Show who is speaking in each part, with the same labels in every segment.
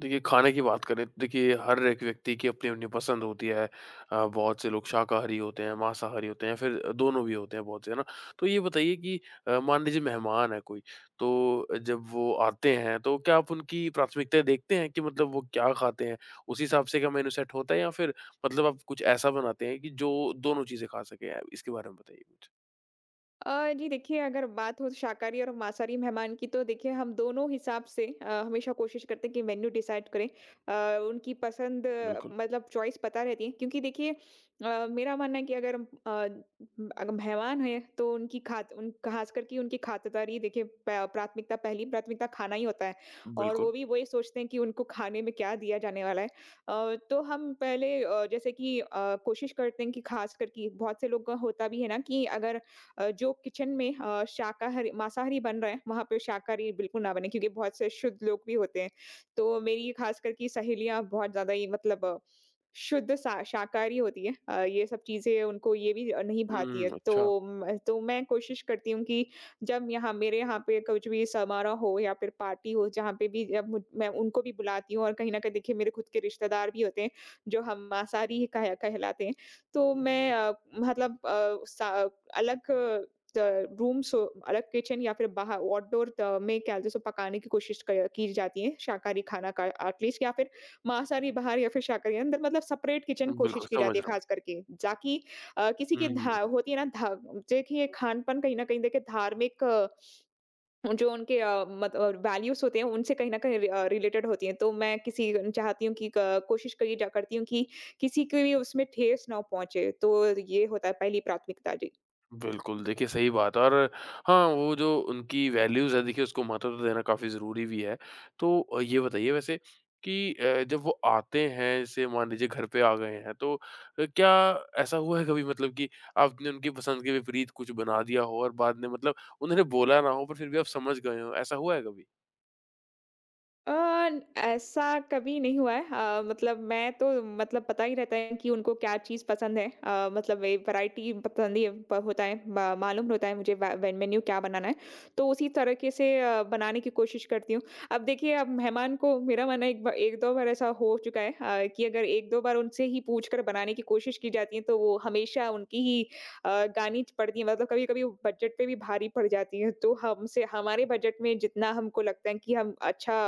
Speaker 1: देखिए, खाने की बात करें, देखिए हर एक व्यक्ति की अपनी-अपनी पसंद होती है। बहुत से लोग शाकाहारी होते हैं, मांसाहारी होते हैं, फिर दोनों भी होते हैं बहुत से, है ना? तो ये बताइए कि मान लीजिए मेहमान है कोई, तो जब वो आते हैं, तो क्या आप उनकी प्राथमिकताएँ देखते हैं कि मतलब वो क्या खाते हैं? उसी हिसाब से क्या मेनू सेट होता है या फिर मतलब आप कुछ ऐसा बनाते हैं कि जो दोनों चीज़ें खा सकें? इसके बारे में बताइए कुछ।
Speaker 2: जी देखिए, अगर बात हो शाकाहारी और मांसाहारी मेहमान की तो देखिए हम दोनों हिसाब से हमेशा कोशिश करते हैं कि मेन्यू डिसाइड करें। उनकी पसंद,
Speaker 1: बिल्कुल,
Speaker 2: मतलब चॉइस पता रहती है क्योंकि देखिए, मेरा मानना है कि अगर मेहमान हैं तो उनकी खात उन खास करके उनकी खातिरदारी देखिए, प प्राथमिकता, पहली प्राथमिकता खाना ही होता है, और वो
Speaker 1: बिल्कुल।
Speaker 2: भी वही सोचते हैं कि उनको खाने में क्या दिया जाने वाला है। तो हम पहले, जैसे कि, कोशिश करते हैं कि खास करके बहुत से लोग का होता भी है ना कि अगर, जो किचन में, शाकाहारी मांसाहारी बन रहे हैं, वहाँ पे शाकाहारी बिल्कुल ना बने क्योंकि बहुत से शुद्ध लोग भी होते हैं। तो मेरी खास करके सहेलियाँ बहुत ज़्यादा ही मतलब शुद्ध सा शाकाहारी होती हैं। ये सब चीज़ें उनको ये भी नहीं भाती
Speaker 1: हुँ,
Speaker 2: है। तो
Speaker 1: अच्छा।
Speaker 2: म तो मैं कोशिश करती हूँ कि जब यहाँ मेरे यहाँ पे कुछ भी समारोह हो या फिर पार्टी हो, जहाँ पे भी जब मुझ मैं उनको भी बुलाती हूँ, और कहीं न कहीं देखिए मेरे खुद के रिश्तेदार भी होते हैं, जो हम मांसाहारी ही कह कहलाते हैं। तो मैं, मतलब, सा अलग, अ, रूम सो अलग किचन या फिर बाहर आउटडोर, में क्या, जैसे पकाने की जाती है शाकाहारी खाना का, एटलीस्ट, या फिर मांसाहारी बाहर या फिर शाकाहारी अंदर, मतलब सेपरेट किचन
Speaker 1: बिल्कुल,
Speaker 2: कोशिश की
Speaker 1: समझ
Speaker 2: जाती है,
Speaker 1: रहा हूँ।
Speaker 2: खास करके जाकि किसी की धा
Speaker 1: हुँ।
Speaker 2: होती है ना, धा देखिए खान पान कहीं ना कहीं, देखिए धार्मिक, जो उनके वैल्यूज होते हैं उनसे कहीं ना कहीं रिलेटेड होती हैं, तो मैं किसी चाहती हूँ कि, कोशिश करी जा करती हूँ कि किसी को भी उसमें ठेस ना पहुंचे, तो ये होता है पहली प्राथमिकता।
Speaker 1: बिल्कुल, देखिए सही बात है और हाँ, वो जो उनकी वैल्यूज़ है देखिए उसको महत्व तो देना काफ़ी ज़रूरी भी है। तो ये बताइए वैसे कि जब वो आते हैं जैसे मान लीजिए घर पे आ गए हैं तो क्या ऐसा हुआ है कभी मतलब कि आपने उनकी पसंद के विपरीत कुछ बना दिया हो और बाद में मतलब उन्होंने बोला ना हो पर फिर भी आप समझ गए हों, ऐसा हुआ है कभी?
Speaker 2: अ, ऐसा कभी नहीं हुआ है। मतलब मैं तो, मतलब, पता ही रहता है कि उनको क्या चीज़ पसंद है। मतलब ये वैरायटी पसंद होता है, मालूम होता है मुझे वे- वे- मेन्यू क्या बनाना है, तो उसी तरीके से, बनाने की कोशिश करती हूँ। अब देखिए, अब मेहमान को, मेरा मानना है, एक दो बार ऐसा हो चुका है, कि अगर एक दो बार उनसे ही पूछ कर बनाने की कोशिश की जाती है, तो वो हमेशा उनकी ही, अ, गानी पड़ती है, मतलब कभी कभी बजट पे भी भारी पड़ जाती है, तो हमसे हमारे बजट में जितना हमको लगता है कि हम अच्छा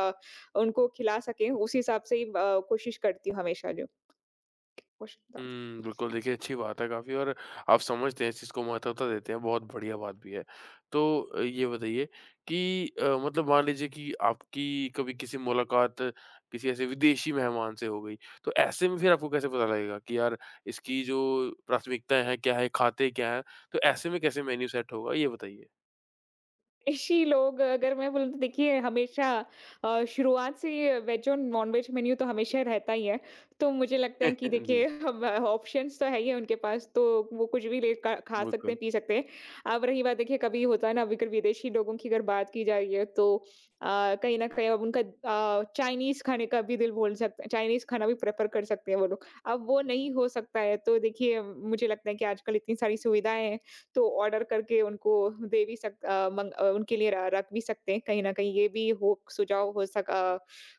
Speaker 2: उनको खिला सकें, उस हिसाब से ही, कोशिश करती हूँ हमेशा जो। कोश
Speaker 1: हुँ, बिल्कुल देखिए अच्छी बात है काफ़ी और आप समझते हैं इस चीज़ को महत्वता देते हैं, बहुत बढ़िया बात भी है। तो ये बताइए कि मतलब मान लीजिए कि आपकी कभी किसी मुलाकात किसी ऐसे विदेशी मेहमान से हो गई, तो ऐसे में फिर आपको कैसे पता लगेगा कि यार इसकी जो प्राथमिकताएँ हैं क्या है, खाते क्या हैं? तो ऐसे में कैसे मेन्यू सेट होगा ये बताइए?
Speaker 2: ऐसी लोग अगर मैं बोलूँ तो देखिए, हमेशा, शुरुआत से ही वेज और नॉन-वेज मेन्यू तो हमेशा रहता ही है। तो मुझे लगता है कि
Speaker 1: जी,
Speaker 2: देखिए, अब ऑप्शंस तो है ही है उनके पास, तो वो कुछ भी ले क खा सकते
Speaker 1: बिल्कुल,
Speaker 2: हैं, पी सकते हैं। अब रही बात, देखिए कभी होता है ना, अगर विदेशी लोगों की अगर बात की जा रही है, तो, कहीं न कहीं, अब उनका, चाइनीज़ खाने का भी दिल बोल सकता है, चाइनीज़ खाना भी प्रेफ़र कर सकते हैं वो लोग। अब वो नहीं हो सकता है, तो देखिए, मुझे लगता है कि आजकल इतनी सारी सुविधाएँ हैं, तो ऑर्डर करके उनको दे भी सक मंग उनके लिए र रख भी सकते हैं, कहीं न कहीं ये भी हो सुझाव हो सका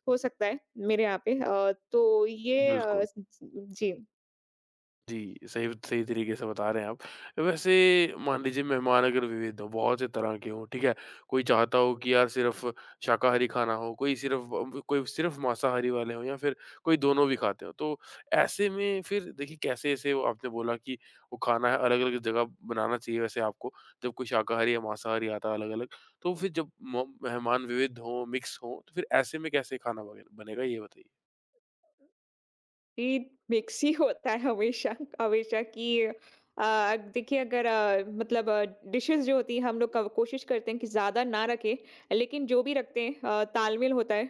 Speaker 2: हो सकता है मेरे यहाँ पे। तो ये,
Speaker 1: बिल्कुल।
Speaker 2: स स जी।
Speaker 1: जी, सही सही तरीके से बता रहे हैं आप। वैसे मान लीजिए मेहमान अगर विविध हों, बहुत से तरह के हों, ठीक है? कोई चाहता हो कि यार सिर्फ़ शाकाहारी खाना हो, कोई सिर्फ़ कोई सिर्फ़ मांसाहारी वाले हों या फिर कोई दोनों भी खाते हों। तो ऐसे में फिर देखिए कैसे ऐसे वो आपने बोला कि वो खाना है अलग-अलग जगह बनाना चाहिए वैसे आपको, जब कोई शाकाहारी या मांसाहारी आता है अलग-अलग। तो फिर जब म मेहमान विविध हों, मिक्स हों, तो फिर ऐसे में कैसे खाना बगेन बनेगा ये बताइए?
Speaker 2: ये मिक्स ही होता है, हमेशा हमेशा, कि, अ, देखिए, अगर, मतलब, डिशेस जो होती है हम लोग का, कोशिश करते हैं कि ज़्यादा ना रखें, लेकिन जो भी रखते हैं, तालमेल होता है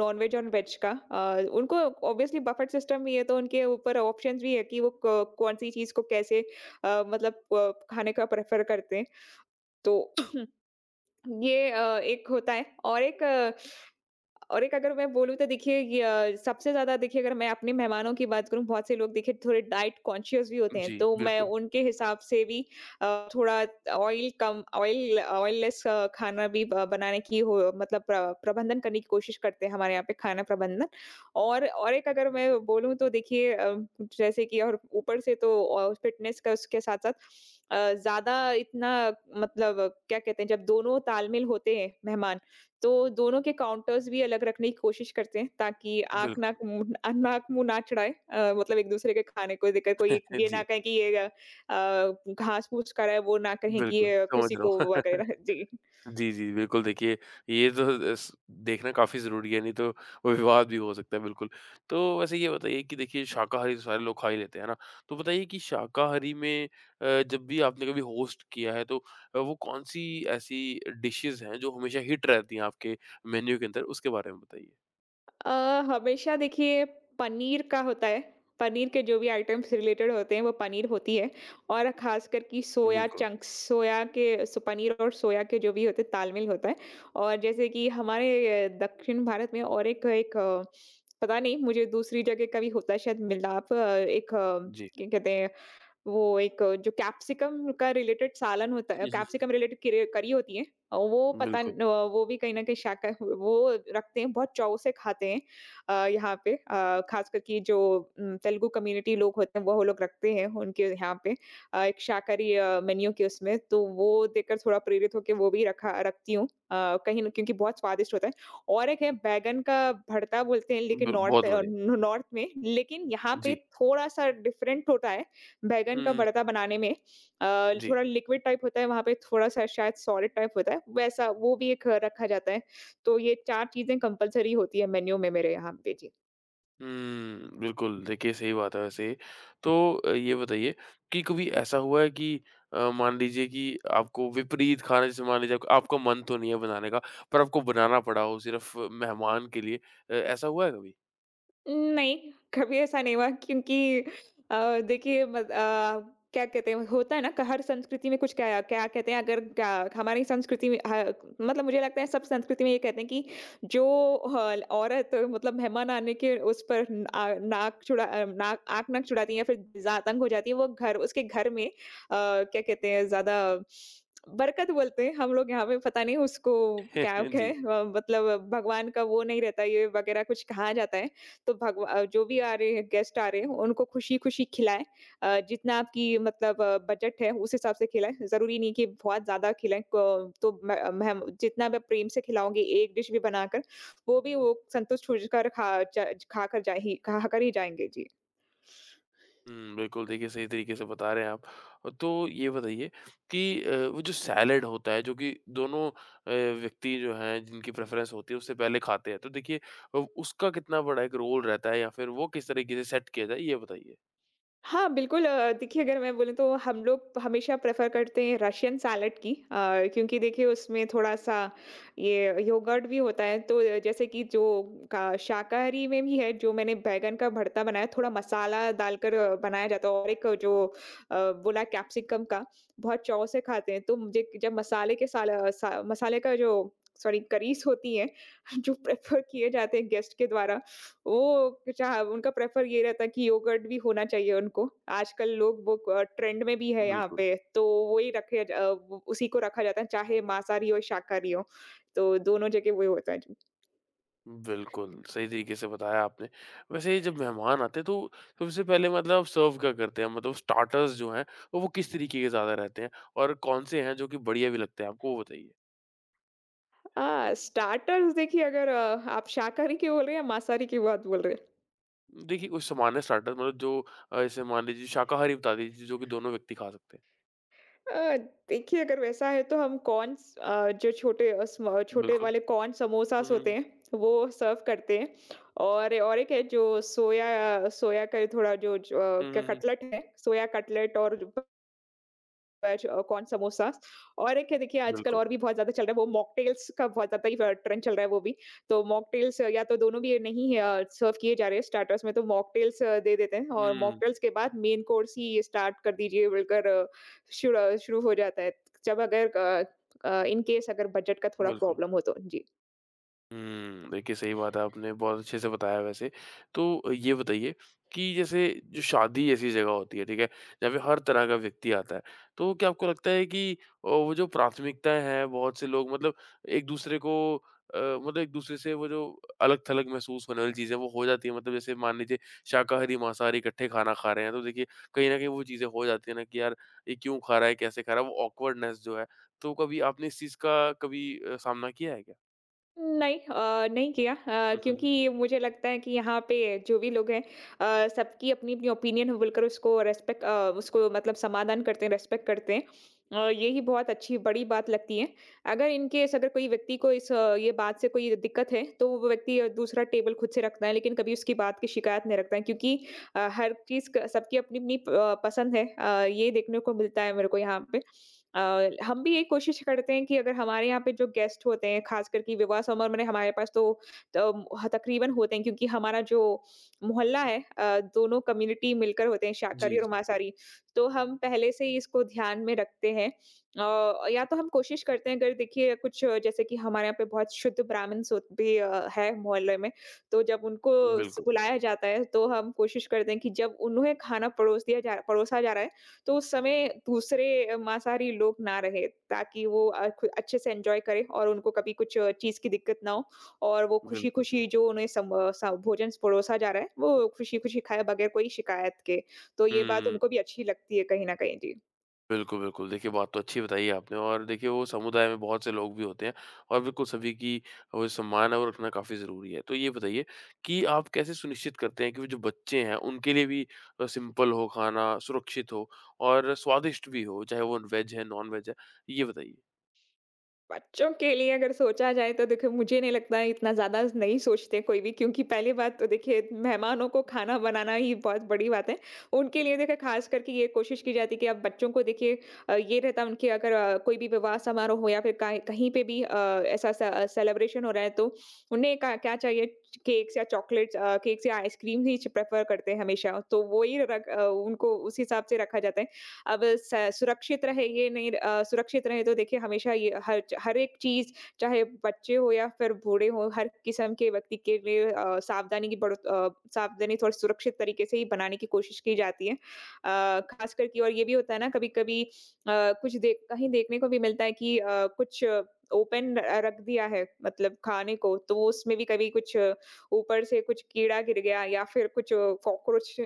Speaker 2: नॉन वेज और वेज का। उनको ऑब्वियसली बफेट सिस्टम भी है, तो उनके ऊपर ऑप्शंस भी है कि वो कौन सी चीज़ को कैसे, मतलब, खाने का प्रेफर करते हैं, तो ये, एक होता है, और एक, अगर मैं बोलूँ तो देखिए, य सबसे ज़्यादा, देखिए अगर मैं अपने मेहमानों की बात करूँ, बहुत से लोग देखिए थोड़े डाइट कॉन्शियस भी होते हैं,
Speaker 1: जी,
Speaker 2: तो मैं
Speaker 1: बिल्कुल,
Speaker 2: उनके हिसाब से भी, थोड़ा, ऑयल कम ऑयल ऑयल लेस, खाना भी ब बनाने की हो, मतलब प्रबंधन करने की कोशिश करते हैं हमारे यहाँ पे, खाना प्रबंधन। और एक अगर मैं बोलूँ तो देखिए, जैसे कि और ऊपर से तो, फ़िटनेस का उसके साथ-साथ, ज़्यादा इतना, मतलब क्या कहते हैं, जब दोनों तालमेल होते हैं मेहमान, तो दोनों के काउंटर्स भी अलग रखने की कोशिश करते हैं, ताकि आँख नाक
Speaker 1: बिल्कुल।
Speaker 2: मुँह नाक मुँह ना चढ़ाए, मतलब एक-दूसरे के खाने को देकर कोई ये ना
Speaker 1: जी,
Speaker 2: कहे कि ये, घास-फूस का रहा है, वो ना कहें कि
Speaker 1: बिल्कुल,
Speaker 2: ये
Speaker 1: समझ
Speaker 2: किसी
Speaker 1: रहा
Speaker 2: को
Speaker 1: हूँ।
Speaker 2: वगैरह, जी।
Speaker 1: जी, जी, बिल्कुल देखिए, ये तो स देखना काफ़ी ज़रूरी है, नहीं तो वो विवाद भी हो सकता है, बिल्कुल। तो वैसे ये बताइए कि देखिए शाकाहारी तो सारे लोग खा ही लेते हैं, है ना? तो बताइए कि शाकाहारी में जब भी आपने कभी होस्ट किया है, तो वो कौन-सी ऐसी डिशेज़ हैं, जो हमेशा हिट रहती हैं आपके मेन्यू के अंदर? उसके बारे में बताइए।
Speaker 2: अ, हमेशा देखिए पनीर का होता है। पनीर के जो भी आइटम्स रिलेटेड होते हैं, वो पनीर होती है, और ख़ासकर कि सोया
Speaker 1: बिल्कुल,
Speaker 2: चंक्स, सोया के पनीर, और सोया के जो भी होते हैं, तालमेल होता है। और जैसे कि हमारे, दक्षिण भारत में, और एक एक, पता नहीं, मुझे दूसरी जगह का भी होता है शायद, मिलाप, एक,
Speaker 1: जी।
Speaker 2: क्या कहते हैं, वो एक जो कैप्सिकम का रिलेटेड सालन होता है,
Speaker 1: हुँ, हुँ,
Speaker 2: कैप्सिकम रिलेटेड करी करी होती है, वो
Speaker 1: हुँ।
Speaker 2: पता
Speaker 1: बिल्कुल,
Speaker 2: न- वो भी कहीं ना कहीं शाका वो रखते हैं, बहुत चाव से खाते हैं। यहाँ पे, खास करके जो तेलुगु कम्युनिटी लोग होते हैं, वो लोग रखते हैं उनके यहाँ पे, एक शाकाहारी मेन्यू के उसमें, तो वो देखकर थोड़ा प्रेरित होकर वो भी रखा रखती हूँ, कहीं ना, क्योंकि बहुत स्वादिष्ट होता है। और एक है बैगन का भरता बोलते हैं, लेकिन
Speaker 1: ब
Speaker 2: नॉर्थ
Speaker 1: बहुत बढ़िया।
Speaker 2: नॉर्थ में, लेकिन यहाँ पे
Speaker 1: जी।
Speaker 2: थोड़ा सा डिफरेंट होता है। बैंगन
Speaker 1: हुँ,
Speaker 2: का
Speaker 1: हुँ।
Speaker 2: भरता बनाने में,
Speaker 1: जी।
Speaker 2: थोड़ा लिक्विड टाइप होता है, वहाँ पे थोड़ा-सा शायद सॉलिड टाइप होता है, वैसा, वो भी एक रखा जाता है। तो ये 4 चीज़ें कंपल्सरी होती है मेन्यू में, मेरे यहाँ पे। जी।
Speaker 1: हुँ, बिल्कुल। देखिए, सही बात है वैसे ये। तो ये बताइए कि कभी ऐसा हुआ है कि मान लीजिए कि आपको विपरीत खाना जैसे मान लीजिए आपको- आपका मन तो नहीं है बनाने का, पर आपको बनाना पड़ा हो सिर्फ़ मेहमान के लिए। ऐसा हुआ है कभी?
Speaker 2: नहीं, कभी ऐसा नहीं हुआ, क्योंकि, देखिए, मत क्या कहते हैं, होता है ना कि हर संस्कृति में कुछ, क्या क्या कहते हैं, अगर, क्या हमारी संस्कृति में, ह मतलब, मुझे लगता है सब संस्कृति में ये कहते हैं कि, जो, ह औरत, मतलब मेहमान आने के उस पर, न- आ नाक चुड़ा नाक आँख नाक चुड़ाती है, या फिर ज़्यादा हो जाती है वो, घर उसके घर में, क्या कहते हैं, ज़्यादा, बरकत बोलते हैं हम लोग यहाँ पे, पता नहीं उसको क्या
Speaker 1: जी।
Speaker 2: कहें, मतलब, भगवान का वो नहीं रहता ये वगैरह कुछ कहा जाता है। तो भगवा जो भी आ रहे हैं, गेस्ट आ रहे हैं, उनको खुशी-खुशी खिलाएँ। जितना आपकी, मतलब, बजट है उस हिसाब से खिलाएँ, ज़रूरी नहीं कि बहुत ज़्यादा खिलाएँ, क तो मैं, मैं जितना मैं प्रेम से खिलाऊँगी एक डिश भी बनाकर, वो भी, वो संतुष्ट होकर खा ज खाकर ही जाएँगे। जी।
Speaker 1: हुँ, बिल्कुल देखिए, सही तरीके से बता रहे हैं आप। और तो ये बताइए कि वो जो सैलेड होता है, जो कि दोनों व्यक्ति जो हैं, जिनकी प्रेफ़रेंस होती है, उससे पहले खाते हैं। तो देखिए, उसका कितना बड़ा एक रोल रहता है या फिर वो किस तरीके से सेट किया जाए, ये बताइए?
Speaker 2: हाँ, बिल्कुल, देखिए, अगर मैं बोलूँ तो हम लोग हमेशा प्रेफ़र करते हैं रशियन सैलेड की, क्योंकि देखिए उसमें थोड़ा-सा ये योगर्ट भी होता है, तो जैसे कि जो, का शाकाहारी में भी है, जो मैंने बैंगन का भरता बनाया थोड़ा मसाला डालकर, बनाया जाता है, और एक जो, बोला कैप्सिकम का, बहुत चाव से खाते हैं। तो मुझे जब मसाले के साल सा मसाले का जो, सॉरी करीस होती है, जो प्रेफ़र किए जाते हैं गेस्ट के द्वारा, ओह! अच्छा। उनका प्रेफर ये रहता है कि योगर्ट भी होना चाहिए उनको। आजकल लोग वो, ट्रेंड में भी है यहाँ
Speaker 1: बिल्कुल,
Speaker 2: पे, तो वही रखे ज वो उसी को रखा जाता है, चाहे मांसाहारी हो, शाकाहारी हो, तो दोनों जगह वही होता है।
Speaker 1: बिल्कुल, सही तरीके से बताया आपने। वैसे जब मेहमान आते हैं तो सबसे पहले मतलब सर्व क्या करते हैं? मतलब स्टार्टर्स जो हैं वो किस तरीके के ज़्यादा रहते हैं? और कौन-से हैं जो कि बढ़िया भी लगते हैं आपको वो बताइए?
Speaker 2: स्टार्टर्स देखिए, अगर, आप शाकाहारी की बोल रहे हैं या मांसाहारी की बात बोल रहे हैं?
Speaker 1: देखिए कुछ सामान्य स्टार्टर मतलब जो जैसे मान लीजिए शाकाहारी बता दीजिए जो कि दोनों व्यक्ति खा सकते हैं।
Speaker 2: अ, देखिए अगर वैसा है तो हम जो छोटे
Speaker 1: बिल्कुल।
Speaker 2: वाले कॉर्न
Speaker 1: हुँ,
Speaker 2: समोसास
Speaker 1: हुँ, हुँ।
Speaker 2: होते हैं वो सर्व करते हैं। और एक है जो सोया सोया का थोड़ा जो अ,
Speaker 1: हुँ,
Speaker 2: क्या
Speaker 1: हुँ, हुँ।
Speaker 2: कटलेट है, सोया कटलेट और वेज कॉर्न समोसा। और एक है, देखिए आजकल
Speaker 1: बिल्कुल।
Speaker 2: और भी बहुत ज़्यादा चल रहा है वो मॉकटेल्स का, बहुत ज़्यादा ही फ ट्रेंड चल रहा है वो भी। तो मॉकटेल्स या तो दोनों भी नहीं सर्व किए जा रहे हैं स्टार्टर्स में, तो मॉकटेल्स दे देते हैं और
Speaker 1: हुँ,
Speaker 2: मॉकटेल्स के बाद मेन कोर्स ही स्टार्ट कर दीजिए बोलकर। अ, शुरू शुरू हो जाता है। जब अगर अ अ, इन केस अगर बजट का थोड़ा
Speaker 1: बिल्कुल।
Speaker 2: प्रॉब्लम हो तो। जी।
Speaker 1: हुँ, देखिए सही बात है, आपने बहुत अच्छे से बताया वैसे। तो ये बताइए कि जैसे जो शादी जैसी जगह होती है, ठीक है? जहाँ पे हर तरह का व्यक्ति आता है, तो क्या आपको लगता है कि वो जो प्राथमिकताएँ हैं, बहुत से लोग मतलब एक-दूसरे को मतलब एक-दूसरे से वो जो अलग-थलग महसूस होने वाली चीज़ें, वो हो जाती हैं? मतलब जैसे मान लीजिए शाकाहारी, मांसाहारी इकट्ठे खाना खा रहे हैं, तो देखिए कहीं न कहीं वो चीज़ें हो जाती हैं ना कि यार, ये क्यों खा रहा है, कैसे खा रहा है? वो ऑकवर्डनेस जो है, तो कभी आपने इस चीज़ का कभी सामना किया है क्या?
Speaker 2: नहीं किया,
Speaker 1: हुँ, हुँ, हुँ।
Speaker 2: क्योंकि मुझे लगता है कि यहाँ पे जो भी लोग हैं सबकी अपनी अपनी ओपिनियन बोलकर उसको रेस्पेक्ट उसको मतलब समाधान करते हैं, रेस्पेक्ट करते हैं। यही बहुत अच्छी बड़ी बात लगती है। अगर इनकेस अगर कोई व्यक्ति को ये बात से कोई दिक्कत है, तो वो व्यक्ति दूसरा टेबल खुद से रखता है, लेकिन कभी उसकी बात की शिकायत नहीं रखता है। क्योंकि हर सबकी अपनी अपनी पसंद है, ये देखने को मिलता है मेरे को यहाँ पे। अ, हम भी ये कोशिश करते हैं कि अगर हमारे यहाँ पे जो गेस्ट होते हैं, खास करके विवाह समारोह में हमारे पास, तो तम ह तकरीबन होते हैं। क्योंकि हमारा जो मोहल्ला जी है दोनों कम्युनिटी मिलकर होते हैं,
Speaker 1: जी,
Speaker 2: शाकाहारी और
Speaker 1: जी।
Speaker 2: मांसाहारी। तो हम पहले से ही इसको ध्यान में रखते हैं। या तो हम कोशिश करते हैं, अगर देखिए कुछ जैसे कि हमारे यहाँ पे बहुत शुद्ध ब्राह्मण्स होत भी अ, है मोहल्ले में, तो जब उनको स
Speaker 1: बिल्कुल,
Speaker 2: बुलाया जाता है तो हम कोशिश करते हैं कि जब उन्हें खाना परोसा जा रहा है, तो उस समय दूसरे मांसाहारी लोग ना रहे, ताकि वो अच्छे से एंजॉय करें और उनको कभी कुछ चीज़ की दिक्कत ना हो, और वो खुशी
Speaker 1: बिल्कुल।
Speaker 2: खुशी जो उन्हें भोजन परोसा जा रहा है, वो खुशी खुशी खाए, बगैर कोई शिकायत के। तो ये बात
Speaker 1: हुँ,
Speaker 2: उनको भी अच्छी लगती है कहीं ना कहीं, जी।
Speaker 1: बिल्कुल, बिल्कुल। देखिए, बात तो अच्छी बताई है आपने और देखिए वो समुदाय में बहुत से लोग भी होते हैं और बिल्कुल सभी की वो सम्मान है वो रखना काफ़ी ज़रूरी है। तो ये बताइए कि आप कैसे सुनिश्चित करते हैं कि वो जो बच्चे हैं उनके लिए भी सिंपल हो खाना, सुरक्षित हो और स्वादिष्ट भी हो, चाहे वो वेज है, नॉन-वेज है? ये बताइए।
Speaker 2: बच्चों के लिए अगर सोचा जाए तो देखिए, मुझे नहीं लगता है, इतना ज़्यादा नहीं सोचते कोई भी, क्योंकि पहली बात तो देखिए मेहमानों को खाना बनाना ही बहुत बड़ी बात है। उनके लिए देखिए ख़ास करके ये कोशिश की जाती है कि आप बच्चों को देखिए ये रहता है उनके, अगर कोई भी विवाह समारोह हो या फिर काहे कहीं पे भी ऐसा स सेलिब्रेशन हो रहा है, तो उन्हें का क्या चाहिए, केक्स या चॉकलेट्स अ, केक्स या आइसक्रीम ही च प्रेफ़र करते हैं हमेशा। तो वो ही रख उनको उस हिसाब से रखा जाता है। अब स सुरक्षित रहे, ये नहीं अ, सुरक्षित रहे तो देखिए हमेशा ये हर एक चीज़, चाहे बच्चे हो या फिर बूढ़े हो, हर किस्म के व्यक्ति के लिए अ, सावधानी की बड़ो अ, सावधानी थोड़ी सुरक्षित तरीके से ही बनाने की कोशिश की जाती है। ख़ास करके। और ये भी होता है ना कभी-कभी, अ, कुछ देख कहीं देखने को भी मिलता है कि कुछ ओपन रख दिया है, मतलब खाने को, तो वो उसमें भी कभी ऊपर से कुछ कीड़ा गिर गया, या फिर कुछ कॉकरोच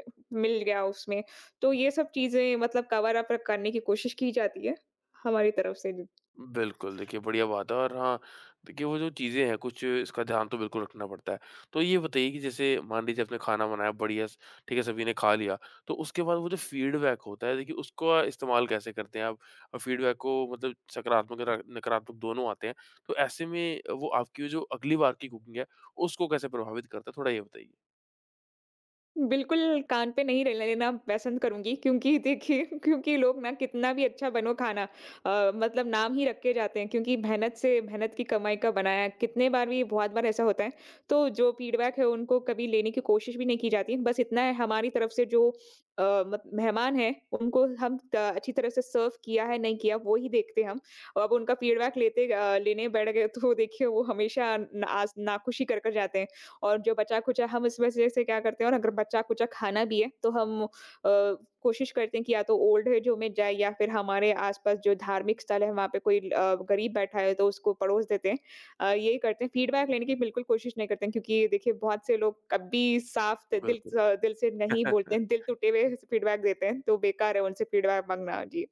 Speaker 2: मिल गया उसमें। तो ये सब चीज़ें मतलब कवर अप करने की कोशिश की जाती है हमारी तरफ से।
Speaker 1: बिल्कुल, देखिए बढ़िया बात है और हाँ, देखिए वो जो चीज़ें हैं कुछ इसका ध्यान तो बिल्कुल रखना पड़ता है। तो ये बताइए कि जैसे मान लीजिए आपने खाना बनाया बढ़िया स ठीक है, सभी ने खा लिया, तो उसके बाद वो जो फीडबैक होता है देखिए उसका इस्तेमाल कैसे करते हैं आप? फीडबैक को मतलब सकारात्मक और नकारात्मक दोनों आते हैं, तो ऐसे में वो आपकी जो अगली बार की कुकिंग है, उसको कैसे प्रभावित करता है? थोड़ा ये बताइए?
Speaker 2: बिल्कुल, कान पे नहीं रहने देना पसंद करूँगी क्योंकि देखिए क्योंकि लोग ना, कितना भी अच्छा बनो खाना, मतलब नाम ही रख के जाते हैं, क्योंकि मेहनत से, मेहनत की कमाई का बनाया है। कितने बार भी बहुत बार ऐसा होता है, तो जो फीडबैक है उनको कभी लेने की कोशिश भी नहीं की जाती। बस इतना है हमारी तरफ से जो अ, मत मेहमान हैं उनको हम त अच्छी तरह से सर्व किया है, नहीं किया, वो ही देखते हम। अब उनका फीडबैक लेने बैठ गए तो देखिए वो हमेशा ना आस नाखुश ही कर कर जाते हैं। और जो बचा-खुचा हम इस वजह से क्या करते हैं, और अगर बचा-खुचा खाना भी है, तो हम कोशिश करते हैं कि या तो ओल्ड एज होम में जाए, या फिर हमारे आस-पास जो धार्मिक स्थल है वहाँ पे कोई गरीब बैठा है तो उसको पड़ोस देते हैं। यही करते हैं, फीडबैक लेने की बिल्कुल कोशिश नहीं करते हैं क्योंकि देखिए बहुत से लोग कभी साफ त दिल
Speaker 1: बिल्कुल।
Speaker 2: स दिल से नहीं बोलते हैं, दिल टूटे हुए फीडबैक देते हैं, तो बेकार है उनसे फीडबैक माँगना। जी।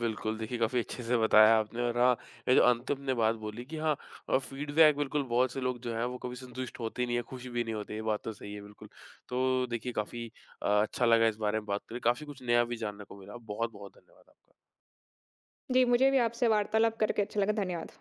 Speaker 1: बिल्कुल, देखिए काफ़ी अच्छे से बताया आपने और हाँ, ये जो अंत में आपने बात बोली कि हाँ फ़ीडबैक बिल्कुल बहुत से लोग जो हैं वो कभी संतुष्ट होते ही नहीं हैं, खुश भी नहीं होते, ये बात तो सही है बिल्कुल। तो देखिए काफ़ी अच्छा लगा इस बारे में बात करके, काफ़ी कुछ नया भी जानने को मिला। बहुत-बहुत धन्यवाद आपका।
Speaker 2: जी, मुझे भी आपसे वार्तालाप करके अच्छा लगा। धन्यवाद।